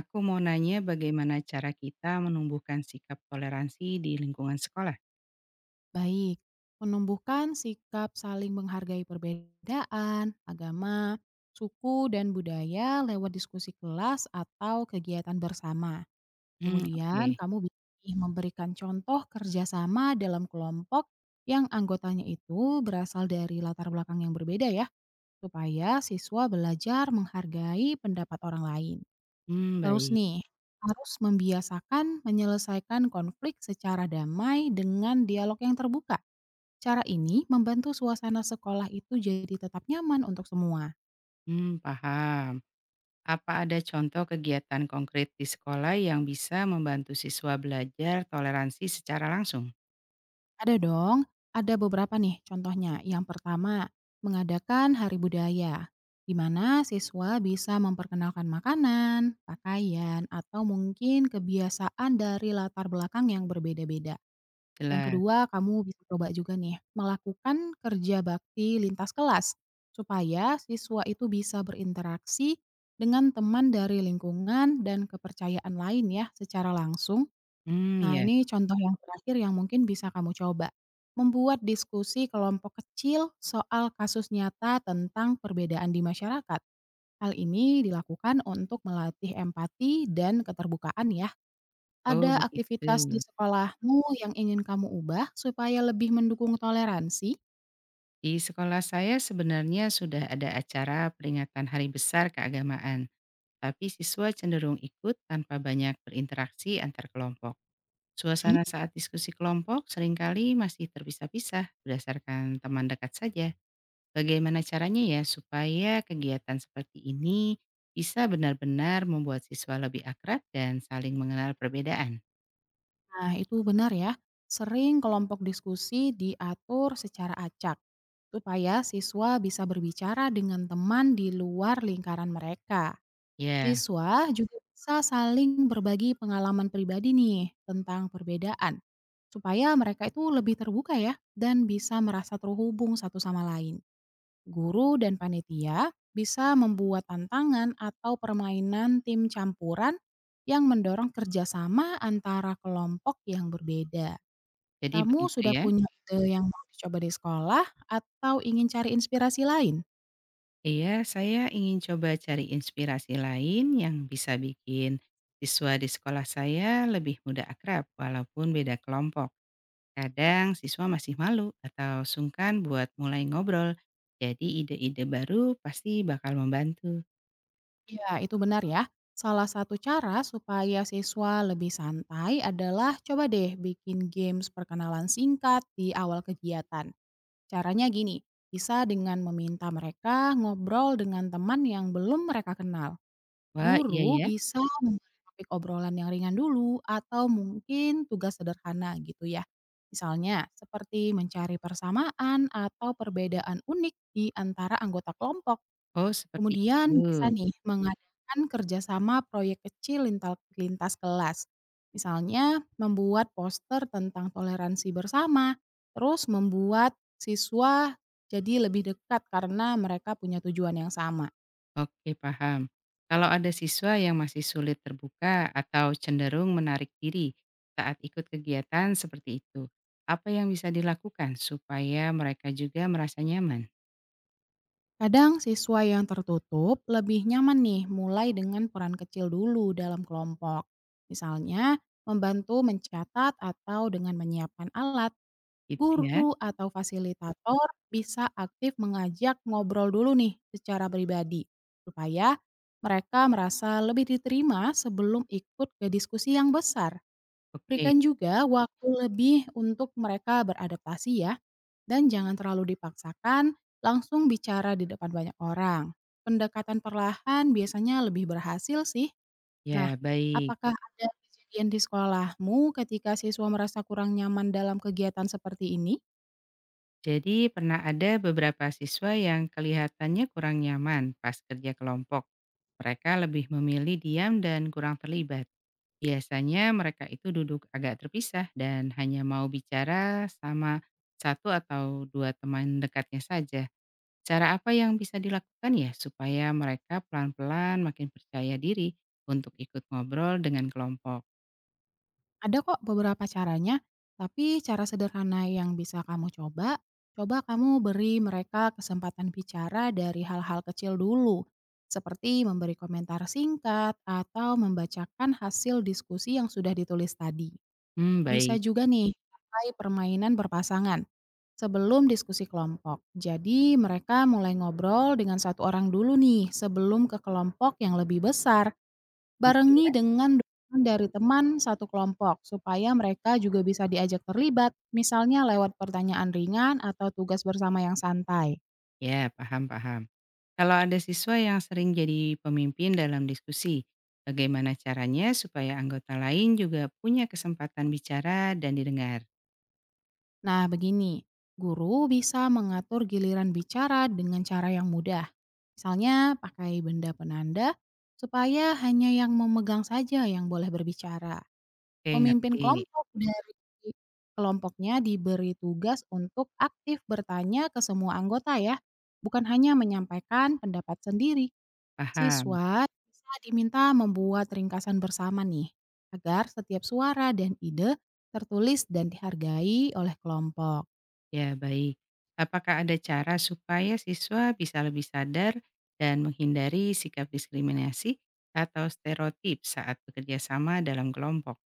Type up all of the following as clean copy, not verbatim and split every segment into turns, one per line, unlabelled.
Aku mau nanya bagaimana cara kita menumbuhkan sikap toleransi di lingkungan sekolah?
Baik, menumbuhkan sikap saling menghargai perbedaan, agama, suku, dan budaya lewat diskusi kelas atau kegiatan bersama.
Hmm,
Kemudian
oke.
kamu bisa nih memberikan contoh kerjasama dalam kelompok yang anggotanya itu berasal dari latar belakang yang berbeda ya, supaya siswa belajar menghargai pendapat orang lain.
Hmm,
Terus
baik.
nih, harus membiasakan menyelesaikan konflik secara damai dengan dialog yang terbuka. Cara ini membantu suasana sekolah itu jadi tetap nyaman untuk semua.
Hmm, paham. Apa ada contoh kegiatan konkret di sekolah yang bisa membantu siswa belajar toleransi secara langsung?
Ada dong, ada beberapa nih contohnya. Yang pertama, mengadakan hari budaya, di mana siswa bisa memperkenalkan makanan, pakaian, atau mungkin kebiasaan dari latar belakang yang berbeda-beda. Yang
Jelas.
kedua, kamu bisa coba juga nih melakukan kerja bakti lintas kelas supaya siswa itu bisa berinteraksi dengan teman dari lingkungan dan kepercayaan lain ya secara langsung.
Hmm,
Nah,
ya.
ini contoh yang terakhir yang mungkin bisa kamu coba. Membuat diskusi kelompok kecil soal kasus nyata tentang perbedaan di masyarakat. Hal ini dilakukan untuk melatih empati dan keterbukaan ya.
Oh,
Ada
begitu.
aktivitas di sekolahmu yang ingin kamu ubah supaya lebih mendukung toleransi?
Di sekolah saya sebenarnya sudah ada acara peringatan Hari Besar Keagamaan, tapi siswa cenderung ikut tanpa banyak berinteraksi antar kelompok.
Mhm.
Suasana saat diskusi kelompok seringkali masih terpisah-pisah berdasarkan teman dekat saja. Bagaimana caranya ya supaya kegiatan seperti ini bisa benar-benar membuat siswa lebih akrab dan saling mengenal perbedaan?
Nah, itu benar ya. Sering kelompok diskusi diatur secara acak supaya siswa bisa berbicara dengan teman di luar lingkaran mereka.
Ya,
Siswa juga bisa saling berbagi pengalaman pribadi nih tentang perbedaan supaya mereka itu lebih terbuka ya dan bisa merasa terhubung satu sama lain. Guru dan panitia bisa membuat tantangan atau permainan tim campuran yang mendorong kerjasama antara kelompok yang berbeda.
jadi
Kamu
begitu
sudah
ya.
punya ide yang mau dicoba di sekolah atau ingin cari inspirasi lain?
Iya, saya ingin coba cari inspirasi lain yang bisa bikin siswa di sekolah saya lebih mudah akrab walaupun beda kelompok. Kadang siswa masih malu atau sungkan buat mulai ngobrol, jadi ide-ide baru pasti bakal membantu.
Ya, itu benar ya. Salah satu cara supaya siswa lebih santai adalah coba deh bikin games perkenalan singkat di awal kegiatan. Caranya gini, bisa dengan meminta mereka ngobrol dengan teman yang belum mereka kenal.
Wah iya
Guru
ya?
bisa memberi topik obrolan yang ringan dulu atau mungkin tugas sederhana gitu ya. Misalnya seperti mencari persamaan atau perbedaan unik di antara anggota kelompok.
Oh seperti
Kemudian bisa
itu,
nih mengadakan kerjasama proyek kecil lintas kelas. Misalnya membuat poster tentang toleransi bersama, terus membuat siswa jadi lebih dekat karena mereka punya tujuan yang sama.
oke paham. Kalau ada siswa yang masih sulit terbuka atau cenderung menarik diri saat ikut kegiatan seperti itu, apa yang bisa dilakukan supaya mereka juga merasa nyaman?
Kadang siswa yang tertutup lebih nyaman nih mulai dengan peran kecil dulu dalam kelompok. Misalnya, membantu mencatat atau dengan menyiapkan alat,
Gitu ya?
guru atau fasilitator bisa aktif mengajak ngobrol dulu nih secara pribadi supaya mereka merasa lebih diterima sebelum ikut ke diskusi yang besar.
Oke,
Berikan juga waktu lebih untuk mereka beradaptasi ya dan jangan terlalu dipaksakan langsung bicara di depan banyak orang. Pendekatan perlahan biasanya lebih berhasil sih. Nah,
ya baik.
apakah ada kejadian di sekolahmu ketika siswa merasa kurang nyaman dalam kegiatan seperti ini?
Jadi pernah ada beberapa siswa yang kelihatannya kurang nyaman pas kerja kelompok. Mereka lebih memilih diam dan kurang terlibat. Biasanya mereka itu duduk agak terpisah dan hanya mau bicara sama satu atau dua teman dekatnya saja. Cara apa yang bisa dilakukan ya supaya mereka pelan-pelan makin percaya diri untuk ikut ngobrol dengan kelompok?
Ada kok beberapa caranya, tapi cara sederhana yang bisa kamu coba, coba kamu beri mereka kesempatan bicara dari hal-hal kecil dulu seperti memberi komentar singkat atau membacakan hasil diskusi yang sudah ditulis tadi.
Hmm,
Bisa
baik.
juga nih pakai permainan berpasangan sebelum diskusi kelompok. Jadi mereka mulai ngobrol dengan satu orang dulu nih sebelum ke kelompok yang lebih besar,
Itu ya.
barengi dengan dukungan dari teman satu kelompok supaya mereka juga bisa diajak terlibat, misalnya lewat pertanyaan ringan atau tugas bersama yang santai.
Ya, paham-paham. Kalau ada siswa yang sering jadi pemimpin dalam diskusi, bagaimana caranya supaya anggota lain juga punya kesempatan bicara dan didengar?
Nah, begini, guru bisa mengatur giliran bicara dengan cara yang mudah. Misalnya pakai benda penanda supaya hanya yang memegang saja yang boleh berbicara.
Oke,
Pemimpin
ngerti.
kelompok dari kelompoknya diberi tugas untuk aktif bertanya ke semua anggota ya, bukan hanya menyampaikan pendapat sendiri.
Paham.
Siswa bisa diminta membuat ringkasan bersama nih, agar setiap suara dan ide tertulis dan dihargai oleh kelompok.
Ya, baik. Apakah ada cara supaya siswa bisa lebih sadar dan menghindari sikap diskriminasi atau stereotip saat bekerja sama dalam kelompok?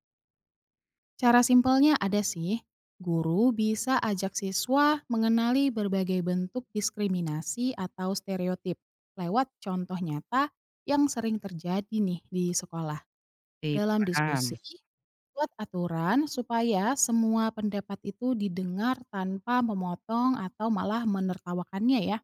Cara simpelnya ada sih. Guru bisa ajak siswa mengenali berbagai bentuk diskriminasi atau stereotip lewat contoh nyata yang sering terjadi nih di sekolah.
Oke,
Dalam
paham.
diskusi, buat aturan supaya semua pendapat itu didengar tanpa memotong atau malah menertawakannya ya.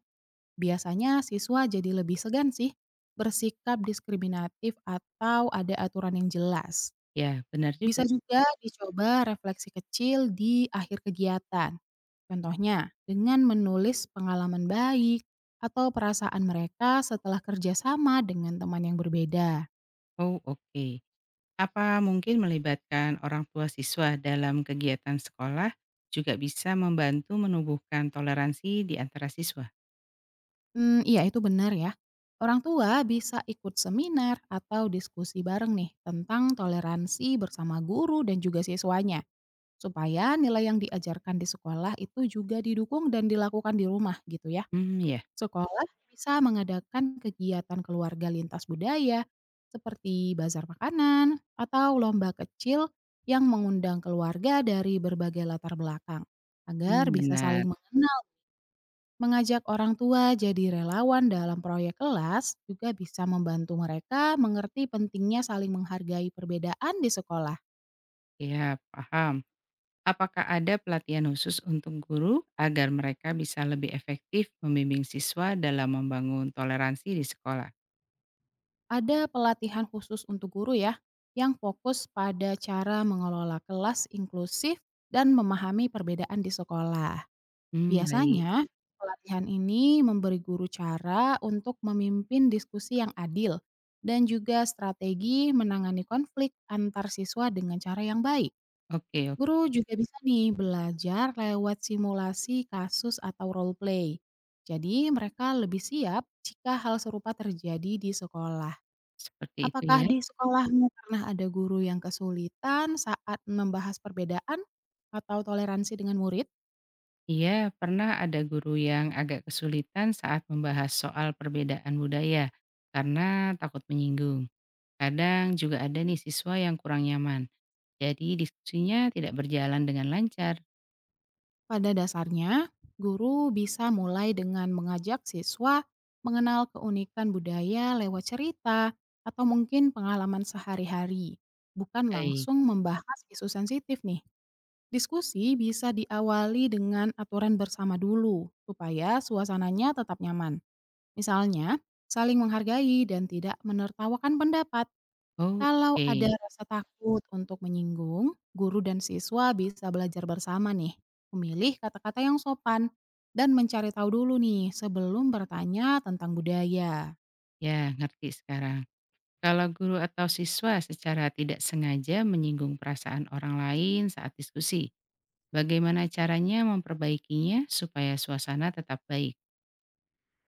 Biasanya siswa jadi lebih segan sih bersikap diskriminatif atau ada aturan yang jelas.
Ya, benar
Bisa
juga.
juga dicoba refleksi kecil di akhir kegiatan. Contohnya, dengan menulis pengalaman baik atau perasaan mereka setelah kerjasama dengan teman yang berbeda.
Oh, oke. Apa mungkin melibatkan orang tua siswa dalam kegiatan sekolah juga bisa membantu menumbuhkan toleransi di antara siswa?
Iya itu benar ya. Orang tua bisa ikut seminar atau diskusi bareng nih tentang toleransi bersama guru dan juga siswanya. Supaya nilai yang diajarkan di sekolah itu juga didukung dan dilakukan di rumah gitu ya.
Hmm ya.
Sekolah bisa mengadakan kegiatan keluarga lintas budaya seperti bazar makanan atau lomba kecil yang mengundang keluarga dari berbagai latar belakang agar
Mmm.
bisa
Benar.
saling mengenal. Mengajak orang tua jadi relawan dalam proyek kelas juga bisa membantu mereka mengerti pentingnya saling menghargai perbedaan di sekolah.
Ya, paham. Apakah ada pelatihan khusus untuk guru agar mereka bisa lebih efektif membimbing siswa dalam membangun toleransi di sekolah?
Ada pelatihan khusus untuk guru ya yang fokus pada cara mengelola kelas inklusif dan memahami perbedaan di sekolah.
Hmm baik.
Biasanya, pelatihan ini memberi guru cara untuk memimpin diskusi yang adil dan juga strategi menangani konflik antar siswa dengan cara yang baik.
Oke oke.
Guru juga bisa nih belajar lewat simulasi kasus atau role play. Jadi mereka lebih siap jika hal serupa terjadi di sekolah.
Seperti itu
Apakah
ya.
di sekolahmu pernah ada guru yang kesulitan saat membahas perbedaan atau toleransi dengan murid?
Iya, pernah ada guru yang agak kesulitan saat membahas soal perbedaan budaya karena takut menyinggung. Kadang juga ada nih siswa yang kurang nyaman, jadi diskusinya tidak berjalan dengan lancar.
Pada dasarnya, guru bisa mulai dengan mengajak siswa mengenal keunikan budaya lewat cerita atau mungkin pengalaman sehari-hari, bukan
Baik.
langsung membahas isu sensitif nih. Diskusi bisa diawali dengan aturan bersama dulu, supaya suasananya tetap nyaman. Misalnya, saling menghargai dan tidak menertawakan pendapat.
Oh,
Kalau
oke.
ada rasa takut untuk menyinggung, guru dan siswa bisa belajar bersama nih, memilih kata-kata yang sopan, dan mencari tahu dulu nih sebelum bertanya tentang budaya.
Ya, ngerti sekarang. Kalau guru atau siswa secara tidak sengaja menyinggung perasaan orang lain saat diskusi, bagaimana caranya memperbaikinya supaya suasana tetap baik?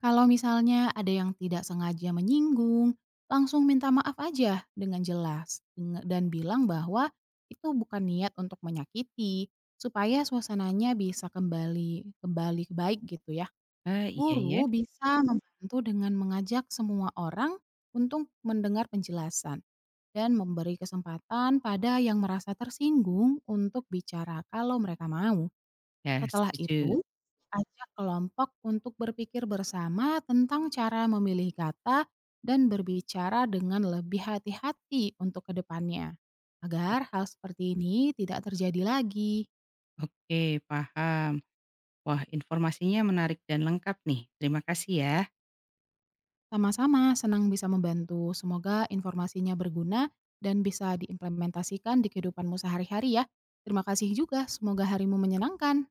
Kalau misalnya ada yang tidak sengaja menyinggung, langsung minta maaf aja dengan jelas dan bilang bahwa itu bukan niat untuk menyakiti, supaya suasananya bisa kembali kembali baik gitu ya.
Ah, iya ya.
Guru bisa membantu dengan mengajak semua orang untuk mendengar penjelasan dan memberi kesempatan pada yang merasa tersinggung untuk bicara kalau mereka mau.
Ya,
Setelah
setuju.
itu, ajak kelompok untuk berpikir bersama tentang cara memilih kata dan berbicara dengan lebih hati-hati untuk kedepannya.
O-
Agar hal seperti ini tidak terjadi lagi.
Oke, paham. Wah, informasinya menarik dan lengkap nih. Terima kasih ya.
Sama-sama, senang bisa membantu. Semoga informasinya berguna dan bisa diimplementasikan di kehidupanmu sehari-hari ya. Terima kasih juga, semoga harimu menyenangkan.